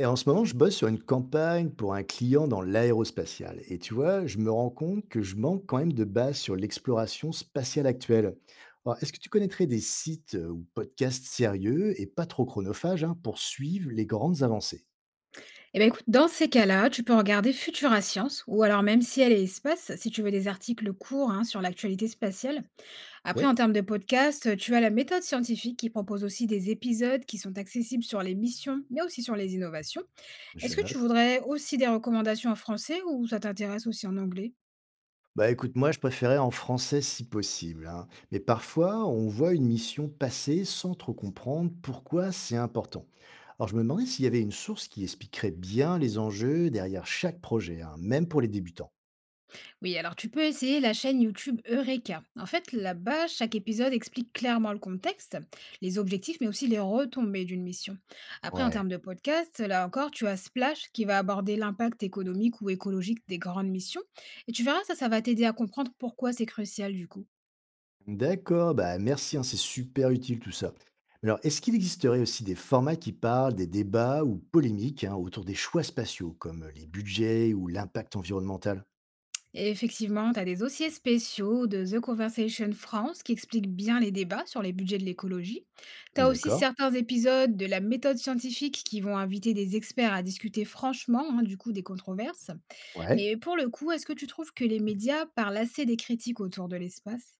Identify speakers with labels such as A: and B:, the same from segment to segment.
A: Et en ce moment, je bosse sur une campagne pour un client dans l'aérospatial. Et tu vois, je me rends compte que je manque quand même de base sur l'exploration spatiale actuelle. Alors, est-ce que tu connaîtrais des sites ou podcasts sérieux et pas trop chronophages hein, pour suivre les grandes avancées?
B: Eh ben écoute, dans ces cas-là, tu peux regarder Futura Science ou alors même Ciel et Espace si tu veux des articles courts, hein, sur l'actualité spatiale. Après,
A: Ouais,
B: en termes de podcast, tu as la méthode scientifique qui propose aussi des épisodes qui sont accessibles sur les missions, mais aussi sur les innovations.
A: je
B: Est-ce que tu
A: note.
B: voudrais aussi des recommandations en français ou ça t'intéresse aussi en anglais?
A: Bah écoute, moi je préférais en français si possible, hein. Mais parfois, on voit une mission passer sans trop comprendre pourquoi c'est important. Alors je me demandais s'il y avait une source qui expliquerait bien les enjeux derrière chaque projet, hein, même pour les débutants.
B: Oui, alors tu peux essayer la chaîne YouTube Eureka. En fait, là-bas, chaque épisode explique clairement le contexte, les objectifs, mais aussi les retombées d'une mission. Après, en
A: Ouais.
B: termes de podcast, là encore, tu as Splash qui va aborder l'impact économique ou écologique des grandes missions. Et tu verras, ça va t'aider à comprendre pourquoi c'est crucial du coup.
A: D'accord, bah merci, hein, c'est super utile tout ça. Mais alors, est-ce qu'il existerait aussi des formats qui parlent des débats ou polémiques hein, autour des choix spatiaux, comme les budgets ou l'impact environnemental?
B: Et effectivement, tu as des dossiers spéciaux de The Conversation France qui expliquent bien les débats sur les budgets de l'écologie. Tu as aussi
A: D'accord,
B: certains épisodes de la méthode scientifique qui vont inviter des experts à discuter franchement, hein, du coup des controverses.
A: ouais.
B: Mais pour le coup, est-ce que tu trouves que les médias parlent assez des critiques autour de l'espace?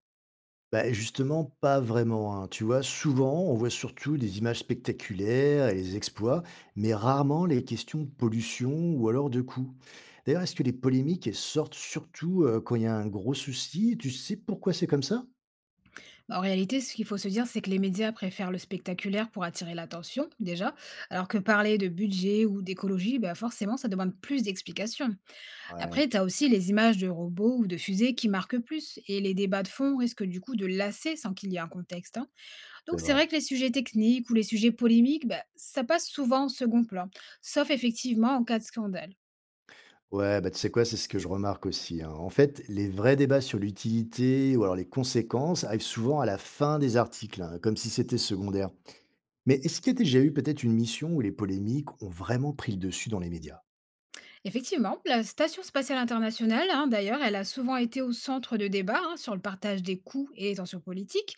A: Bah justement, pas vraiment, hein. Tu vois, souvent, on voit surtout des images spectaculaires et les exploits, mais rarement les questions de pollution ou alors de coûts. D'ailleurs, est-ce que les polémiques elles sortent surtout quand il y a un gros souci? Tu sais pourquoi c'est comme ça?
B: Bah, en réalité, ce qu'il faut se dire, c'est que les médias préfèrent le spectaculaire pour attirer l'attention, déjà, alors que parler de budget ou d'écologie, bah forcément, ça demande plus d'explications.
A: Ouais,
B: Après, tu as aussi les images de robots ou de fusées qui marquent plus, et les débats de fond risquent du coup de lasser sans qu'il y ait un contexte, hein. Donc
A: c'est
B: c'est
A: vrai.
B: vrai que les sujets techniques ou les sujets polémiques, bah, ça passe souvent en second plan, sauf effectivement en cas de scandale.
A: Ouais, bah, tu sais quoi, c'est ce que je remarque aussi, hein. En fait, les vrais débats sur l'utilité ou alors les conséquences arrivent souvent à la fin des articles, hein, comme si c'était secondaire. Mais est-ce qu'il y a déjà eu peut-être une mission où les polémiques ont vraiment pris le dessus dans les médias?
B: Effectivement, la Station spatiale internationale, hein, d'ailleurs, elle a souvent été au centre de débats, hein, sur le partage des coûts et les tensions politiques.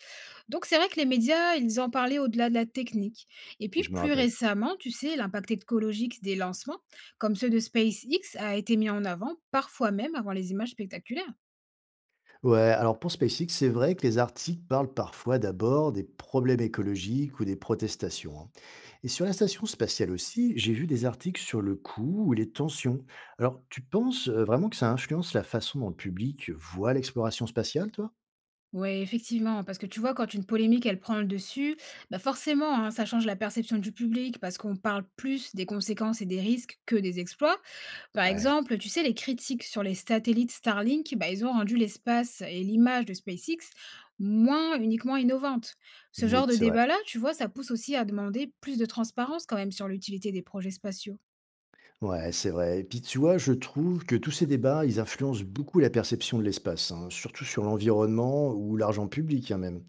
B: Donc c'est vrai que les médias, ils en parlaient au-delà de la technique. Et
A: Et
B: puis
A: je me
B: plus
A: rappelle.
B: récemment, tu sais, l'impact écologique des lancements, comme ceux de SpaceX, a été mis en avant, parfois même avant les images spectaculaires.
A: Ouais, alors pour SpaceX, c'est vrai que les articles parlent parfois d'abord des problèmes écologiques ou des protestations, hein. Et sur la station spatiale aussi, j'ai vu des articles sur le coût ou les tensions. Alors, tu penses vraiment que ça influence la façon dont le public voit l'exploration spatiale, toi?
B: Ouais, effectivement, parce que tu vois, quand une polémique, elle prend le dessus, bah forcément, hein, ça change la perception du public parce qu'on parle plus des conséquences et des risques que des exploits. Par
A: Ouais,
B: exemple, tu sais, les critiques sur les satellites Starlink, bah, ils ont rendu l'espace et l'image de SpaceX moins uniquement innovantes. Ce genre
A: oui,
B: de
A: c'est vrai.
B: débat-là, tu vois, ça pousse aussi à demander plus de transparence quand même sur l'utilité des projets spatiaux.
A: Ouais, c'est vrai et puis tu vois, je trouve que tous ces débats, ils influencent beaucoup la perception de l'espace, hein, surtout sur l'environnement ou l'argent public, hein, même.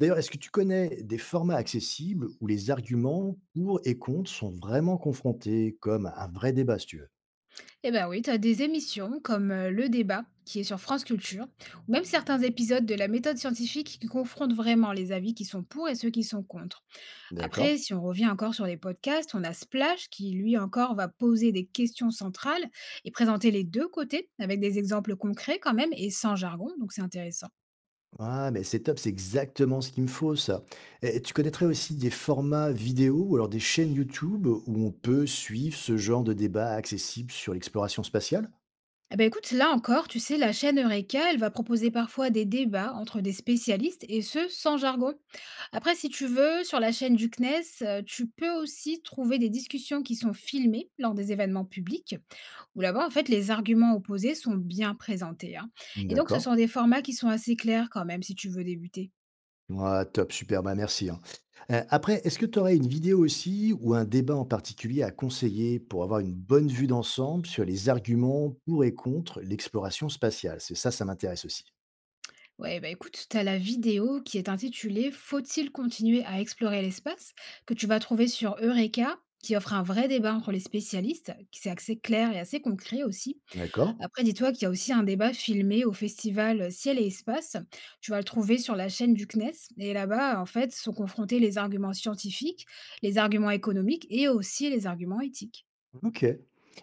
A: D'ailleurs, est-ce que tu connais des formats accessibles où les arguments pour et contre sont vraiment confrontés comme un vrai débat, si tu veux?
B: Eh ben oui, tu as des émissions comme Le Débat, qui est sur France Culture, ou même certains épisodes de la méthode scientifique qui confrontent vraiment les avis qui sont pour et ceux qui sont contre. Après,
A: D'accord.
B: si on revient encore sur les podcasts, on a Splash, qui lui encore va poser des questions centrales et présenter les deux côtés, avec des exemples concrets quand même, et sans jargon, donc c'est intéressant.
A: Ah, mais c'est top, c'est exactement ce qu'il me faut, ça. Et tu connaîtrais aussi des formats vidéo ou alors des chaînes YouTube où on peut suivre ce genre de débat accessible sur l'exploration spatiale?
B: Eh ben écoute, là encore, tu sais, la chaîne Eureka, elle va proposer parfois des débats entre des spécialistes, et ce, sans jargon. Après, si tu veux, sur la chaîne du CNES, tu peux aussi trouver des discussions qui sont filmées lors des événements publics, où là-bas, en fait, les arguments opposés sont bien présentés, hein, et donc ce
A: D'accord.
B: sont des formats qui sont assez clairs quand même si tu veux débuter.
A: Ouais, top, super, bah merci, hein. Après, est-ce que tu aurais une vidéo aussi ou un débat en particulier à conseiller pour avoir une bonne vue d'ensemble sur les arguments pour et contre l'exploration spatiale? C'est ça, ça m'intéresse aussi.
B: Ouais, bah, écoute, tu as la vidéo qui est intitulée «Faut-il continuer à explorer l'espace?» que tu vas trouver sur Eureka, qui offre un vrai débat entre les spécialistes, qui c'est assez clair et assez concret aussi.
A: D'accord,
B: Après, dis-toi qu'il y a aussi un débat filmé au festival Ciel et Espace. Tu vas le trouver sur la chaîne du CNES. Et là-bas, en fait, sont confrontés les arguments scientifiques, les arguments économiques et aussi les arguments éthiques.
A: OK.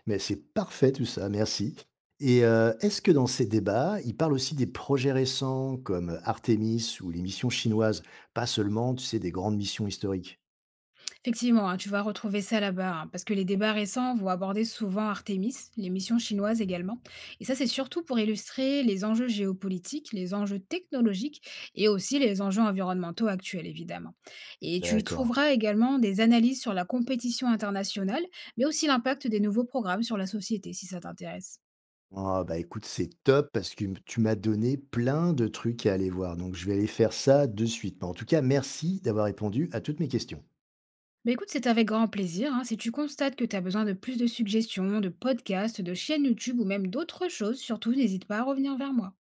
A: Mais c'est parfait tout ça, merci et est-ce que dans ces débats, ils parlent aussi des projets récents comme Artemis ou les missions chinoises? Pas seulement, tu sais, des grandes missions historiques?
B: Effectivement, hein, tu vas retrouver ça là-bas, hein, parce que les débats récents vont aborder souvent Artemis, les missions chinoises également. Et ça, c'est surtout pour illustrer les enjeux géopolitiques, les enjeux technologiques et aussi les enjeux environnementaux actuels, évidemment. Et tu y
A: D'accord.
B: trouveras également des analyses sur la compétition internationale, mais aussi l'impact des nouveaux programmes sur la société, si ça t'intéresse.
A: Ah bah écoute, c'est top parce que tu m'as donné plein de trucs à aller voir. Donc je vais aller faire ça de suite. Mais en tout cas, merci d'avoir répondu à toutes mes questions.
B: Mais écoute, c'est avec grand plaisir, hein. Si tu constates que tu as besoin de plus de suggestions, de podcasts, de chaînes YouTube ou même d'autres choses, surtout n'hésite pas à revenir vers moi.